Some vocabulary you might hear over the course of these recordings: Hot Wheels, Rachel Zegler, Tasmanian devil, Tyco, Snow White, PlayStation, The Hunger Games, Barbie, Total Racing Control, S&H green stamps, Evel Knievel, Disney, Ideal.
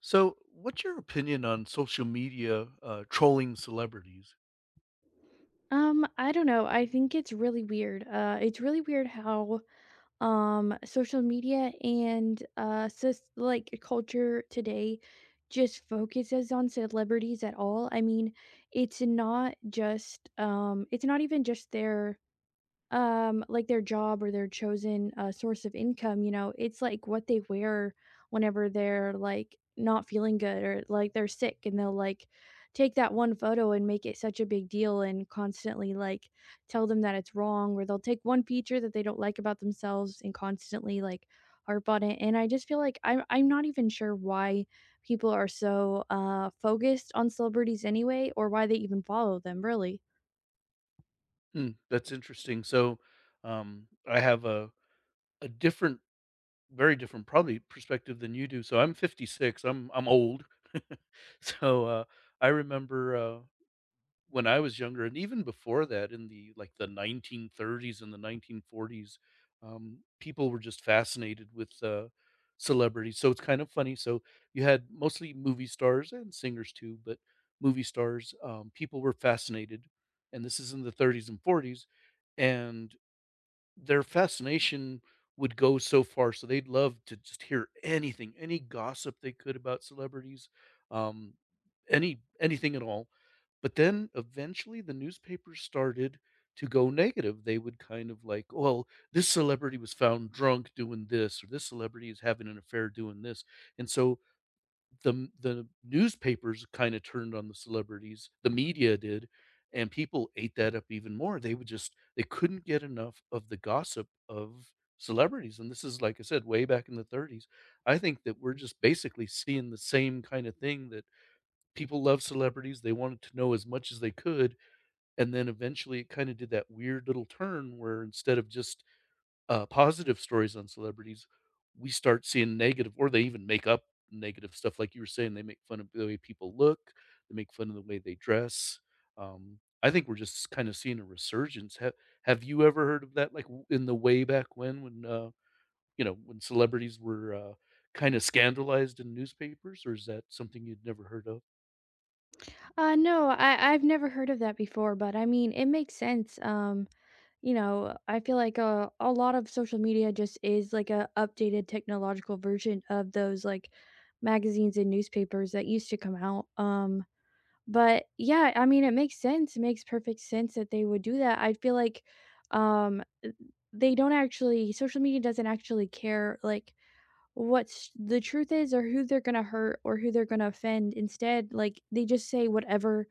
So, what's your opinion on social media trolling celebrities? I don't know. I think it's really weird. It's really weird how social media and like culture today just focuses on celebrities at all. I mean, it's not just it's not even just their like their job or their chosen source of income. It's like what they wear whenever they're like not feeling good or like they're sick and they'll like take that one photo and make it such a big deal and constantly like tell them that it's wrong, or they'll take one feature that they don't like about themselves and constantly like harp on it. And I just feel like I'm not even sure why people are so focused on celebrities anyway, or why they even follow them really. Hmm, that's interesting. So, I have a different, very different, probably perspective than you do. So, I'm 56. I'm old. so, uh, I remember. When I was younger and even before that in the 1930s and the 1940s, people were just fascinated with celebrities. So it's kind of funny. So you had mostly movie stars and singers too, but movie stars, people were fascinated. And this is in the 30s and 40s. And their fascination would go so far, so they'd love to just hear anything, any gossip they could about celebrities, um, anything at all. But then eventually the newspapers started to go negative. They would kind of like, well, this celebrity was found drunk doing this, or this celebrity is having an affair doing this. And so the the newspapers kind of turned on the celebrities, the media did, and people ate that up even more. They would just they couldn't get enough of the gossip of celebrities, and this is like I said, way back in the 30s. I think that we're just basically seeing the same kind of thing that people love celebrities. They wanted to know as much as they could, and then eventually it kind of did that weird little turn where instead of just positive stories on celebrities, we start seeing negative, or they even make up negative stuff. Like you were saying, they make fun of the way people look, they make fun of the way they dress. I think we're just kind of seeing a resurgence. Have you ever heard of that? Like in the way back when when celebrities were kind of scandalized in newspapers, or is that something you'd never heard of? No, I've never heard of that before, but I mean, it makes sense. I feel like a lot of social media just is like a updated technological version of those like magazines and newspapers that used to come out. But yeah, I mean, it makes sense. It makes perfect sense that they would do that. I feel like, um, they don't actually social media doesn't actually care like what's the truth is, or who they're gonna hurt, or who they're gonna offend. Instead, like they just say whatever.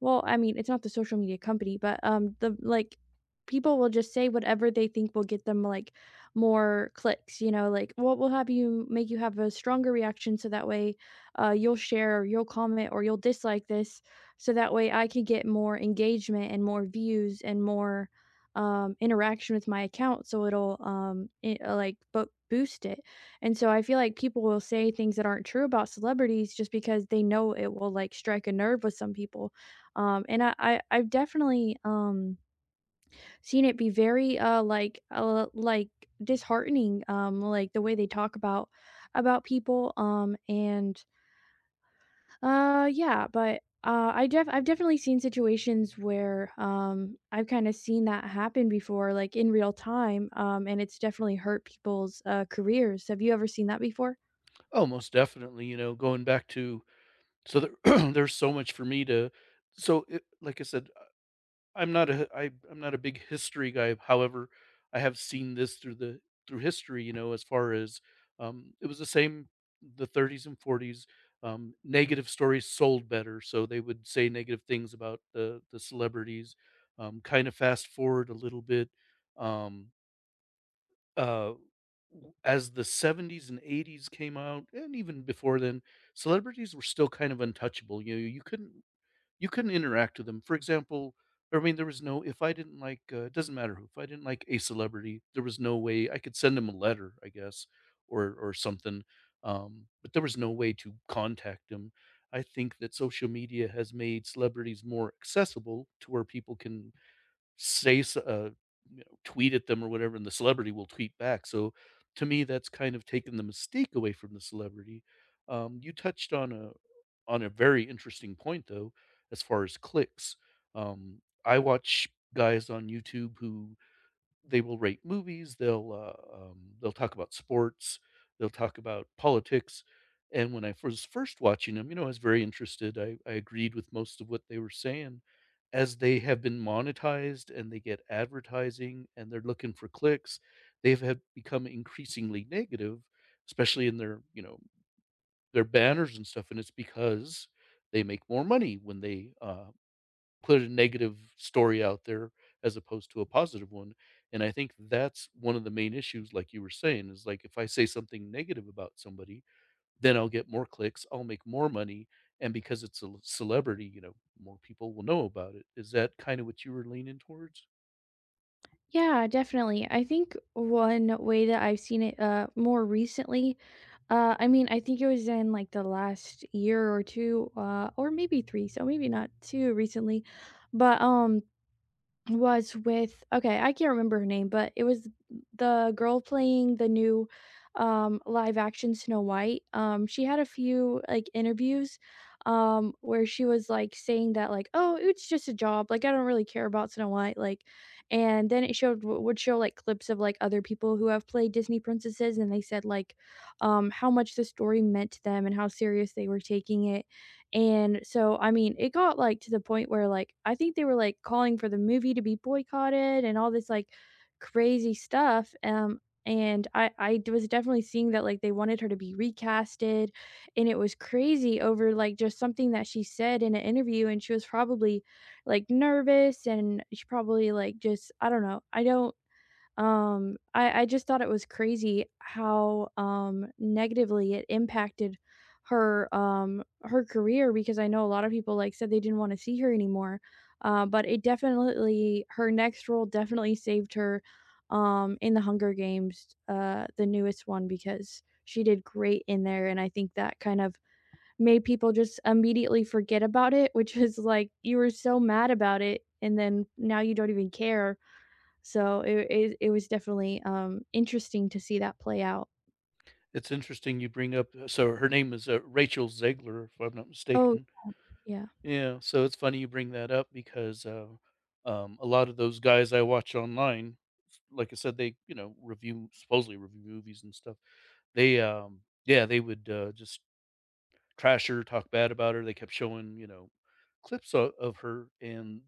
Well, I mean, it's not the social media company, but, the like, people will just say whatever they think will get them, like, more clicks, you know, like, what will have you make you have a stronger reaction, so that way, you'll share or you'll comment or you'll dislike this, so that way I could get more engagement and more views and more, interaction with my account, so it'll, like, bo boost it. And so I feel like people will say things that aren't true about celebrities just because they know it will, like, strike a nerve with some people. And I've definitely, seen it be very, like, disheartening, like, the way they talk about people, and yeah. But, I've definitely seen situations where, I've kinda seen that happen before, like, in real time, and it's definitely hurt people's, careers. Have you ever seen that before? Oh, most definitely. You know, going back to so there, there's so much for me to. So, it, like I said, I'm not a I'm not a big history guy. However, I have seen this through the through history, you know, as far as it was the same the 30s and 40s. Negative stories sold better, so they would say negative things about the celebrities. Kind of fast forward a little bit. Um, uh, as the 70s and 80s came out, and even before then, celebrities were still kind of untouchable. You know, you couldn't interact with them. For example, I mean, there was no if I didn't like, it doesn't matter who, if I didn't like a celebrity, there was no way I could send them a letter, I guess, or something, but there was no way to contact them. I think that social media has made celebrities more accessible to where people can say s you know, tweet at them or whatever, and the celebrity will tweet back. So to me, that's kind of taken the mistake away from the celebrity. You touched on a very interesting point though, as far as clicks. I watch guys on YouTube who they will rate movies, they'll talk about sports, they'll talk about politics, and when I was first watching them, you know, I was very interested, I agreed with most of what they were saying. As they have been monetized and they get advertising and they're looking for clicks, they've had become increasingly negative, especially in their, you know, their banners and stuff, and it's because they make more money when put a negative story out there as opposed to a positive one. And I think that's one of the main issues, like you were saying, is like if I say something negative about somebody, then I'll get more clicks, I'll make more money. And because it's a celebrity, you know, more people will know about it. Is that kind of what you were leaning towards? Yeah, definitely. I think one way that I've seen it, more recently I mean, I think it was in like the last year or two, or maybe three, so maybe not too recently. But I can't remember her name, but it was the girl playing the new, live action Snow White. She had a few, like, interviews, where she was, like, saying that, like, "Oh, it's just a job, like, I don't really care about Snow White," like, and then it showed would show, like, clips of, like, other people who have played Disney princesses, and they said, like, how much the story meant to them and how serious they were taking it. And so, I mean, it got, like, to the point where, like, I think they were, like, calling for the movie to be boycotted and all this, like, crazy stuff, and I d was definitely seeing that, like, they wanted her to be recasted, and it was crazy over, like, just something that she said in an interview, and she was probably, like, nervous, and she probably, like, just I don't know. I don't I just thought it was crazy how, negatively it impacted her, her career, because I know a lot of people, like, said they didn't wanna see her anymore, but it definitely her next role definitely saved her, in The Hunger Games, the newest one, because she did great in there, and I think that kind of made people just immediately forget about it, which is like, you were so mad about it, and then now you don't even care. So it was definitely, interesting to see that play out. It's interesting you bring up. So her name is Rachel Zegler, if I'm not Oh, mistaken. yeah. Yeah, so it's funny you bring that up because, a lot of those guys I watch online, like I said, they, you know, review supposedly review movies and stuff. Yeah, they would just trash her, talk bad about her. They kept showing, you know, clips of her, and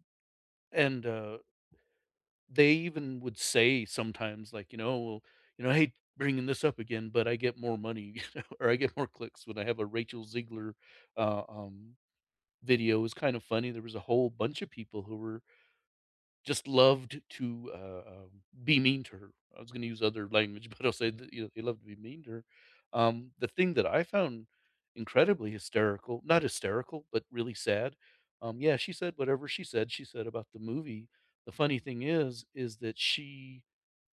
and uh, they even would say sometimes, like, you know, well, you know, hey, bringing this up again, but I get more money, you know, or I get more clicks when I have a Rachel Ziegler uh, um, video was kind of funny. There was a whole bunch of people who were just loved to be mean to her. I was going to use other language, but I'll say that you know they loved to be mean to her. The thing that I found incredibly hysterical, not hysterical, but really sad. Yeah, she said whatever she said. She said about the movie. The funny thing is that she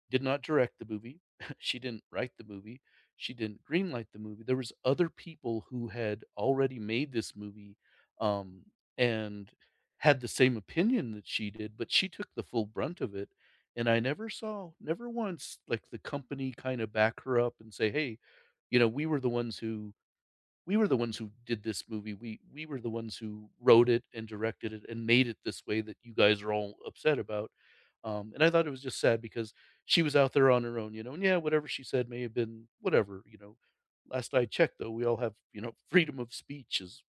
did not direct the movie. She didn't write the movie. She didn't greenlight the movie. There was other people who had already made this movie, um, and had the same opinion that she did, but she took the full brunt of it. And I never saw, never once, like the company kind of back her up and say, "Hey, you know, we were the ones who we were the ones who did this movie. We were the ones who wrote it and directed it and made it this way that you guys are all upset about." And I thought it was just sad because she was out there on her own, you know. And yeah, whatever she said may have been whatever, you know. Last I checked, though, we all have you know freedom of speech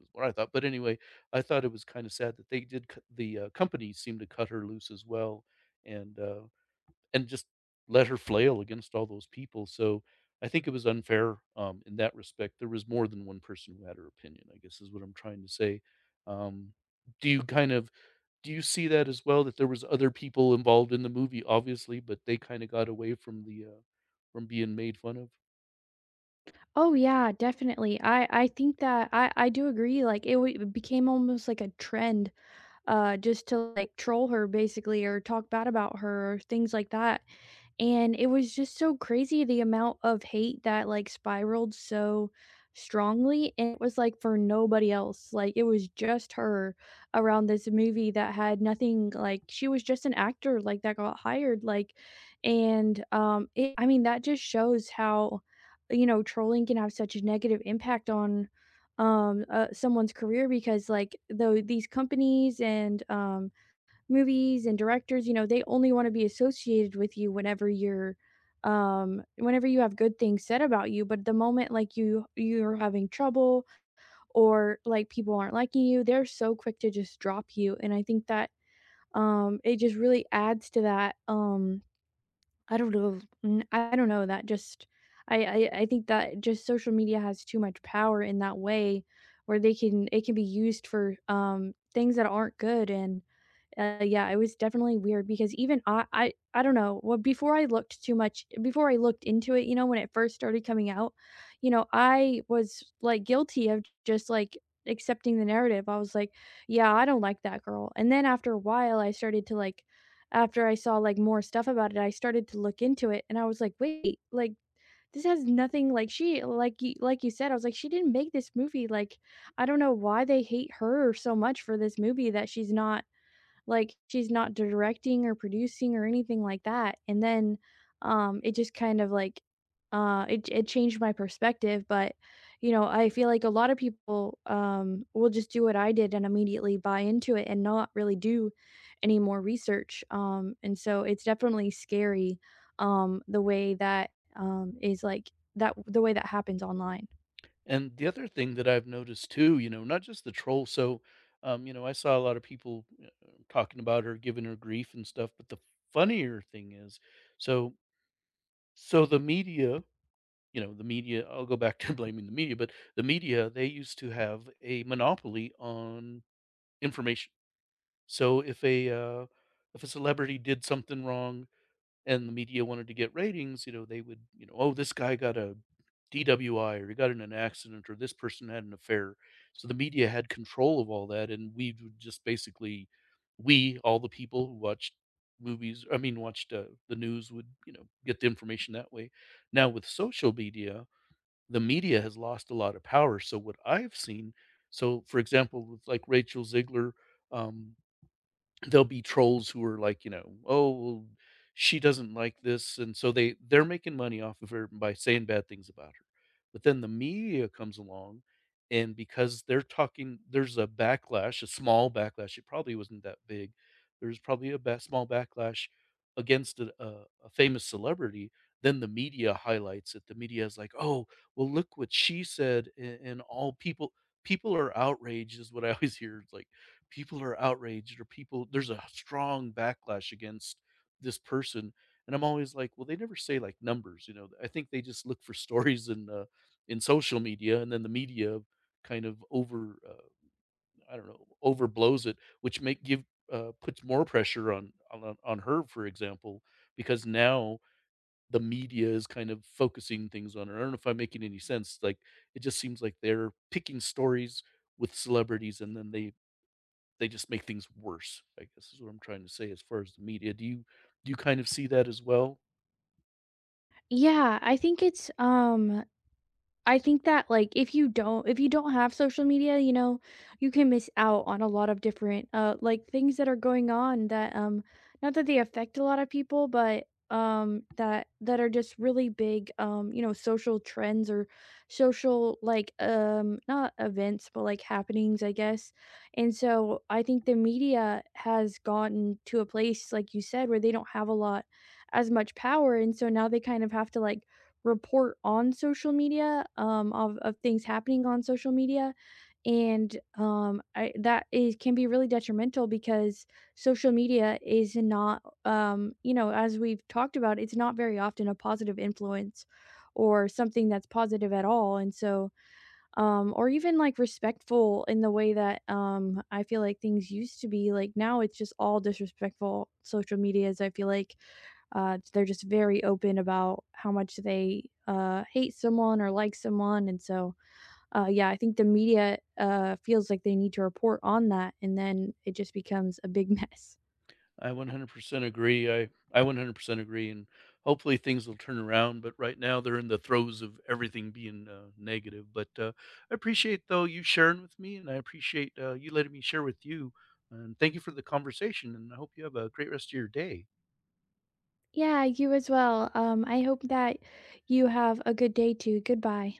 is what I thought. But anyway, I thought it was kind of sad that they did. The company seemed to cut her loose as well, and uh, and just let her flail against all those people. So I think it was unfair in that respect. There was more than one person who had her opinion, I guess is what I'm trying to say. Um, do you kind of do you see that as well that there was other people involved in the movie obviously but they kind of got away from the from being made fun of. Oh, yeah, definitely. I think that I do agree, like, it became almost like a trend, just to, like, troll her basically, or talk bad about her or things like that. And it was just so crazy the amount of hate that, like, spiraled so strongly, and it was, like, for nobody else, like, it was just her around this movie that had nothing, like, she was just an actor, like, that got hired, like, and, it I mean, that just shows how, you know, trolling can have such a negative impact on, someone's career because, like, though these companies and, movies and directors, you know, they only wanna be associated with you whenever you're, whenever you have good things said about you. But the moment, like, you you're having trouble or, like, people aren't liking you, they're so quick to just drop you. And I think that, it just really adds to that, I don't know, mm, I don't know, that just I think that just social media has too much power in that way where they can it can be used for, things that aren't good. And yeah, it was definitely weird, because even I don't know, well, before I looked too much before I looked into it, you know, when it first started coming out, you know, I was, like, guilty of just, like, accepting the narrative. I was like, "Yeah, I don't like that girl." And then after a while, I started to, like after I saw, like, more stuff about it, I started to look into it, and I was like, "Wait, like, this has nothing" like, she like you said, I was like, "She didn't make this movie." Like, I don't know why they hate her so much for this movie that she's not like, she's not directing or producing or anything like that. And then, it just kind of, like, it changed my perspective. But, you know, I feel like a lot of people, will just do what I did and immediately buy into it and not really do any more research, and so it's definitely scary, the way that, like that the way that happens online. And the other thing that I've noticed too, you know, not just the troll, so you know, I saw a lot of people talking about her giving her grief and stuff, but the funnier thing is so so the media, you know, the media I'll go back to blaming the media, but the media, they used to have a monopoly on information. So if a celebrity did something wrong and the media wanted to get ratings, you know, they would, you know, oh, this guy got a DWI or he got in an accident or this person had an affair. So the media had control of all that and we would just basically we, all the people who watched movies, I mean watched the news would, you know, get the information that way. Now with social media, the media has lost a lot of power. So what I've seen so, for example, with like Rachel Ziegler, um, there'll be trolls who are like, you know, "Oh, well, she doesn't like this," and so they're making money off of her by saying bad things about her. But then the media comes along, and because they're talking there's a backlash, a small backlash, it probably wasn't that big. There's probably a ba small backlash against a famous celebrity, then the media highlights it. The media is like, "Oh, well, look what she said," a and all people people are outraged is what I always hear. It's like, people are outraged or people there's a strong backlash against this person. And I'm always like, well, they never say like numbers, you know. I think they just look for stories in social media and then the media kind of over I don't know, overblows it, which make give puts more pressure on her, for example, because now the media is kind of focusing things on her. I don't know if I'm making any sense, like, it just seems like they're picking stories with celebrities and then they just make things worse, I guess is what I'm trying to say as far as the media. Do you kind of see that as well? Yeah, I think it's, I think that like if you don't have social media, you know, you can miss out on a lot of different like things that are going on, that not that they affect a lot of people, but that that are just really big, you know, social trends or social like, not events but like happenings I guess. And so I think the media has gotten to a place like you said where they don't have a lot as much power, and so now they kind of have to like report on social media, of things happening on social media, and, I that is can be really detrimental because social media is not, you know, as we've talked about, it's not very often a positive influence or something that's positive at all. And so, or even, like, respectful in the way that, I feel like things used to be, like, now it's just all disrespectful social medias, I feel like. They're just very open about how much they, hate someone or like someone. And so, yeah, I think the media, feels like they need to report on that, and then it just becomes a big mess. I 100% agree. I 100% agree, and hopefully things will turn around. But right now they're in the throes of everything being negative. But I appreciate though you sharing with me, and I appreciate you letting me share with you. And thank you for the conversation. And I hope you have a great rest of your day. Yeah, you as well. I hope that you have a good day too. Goodbye.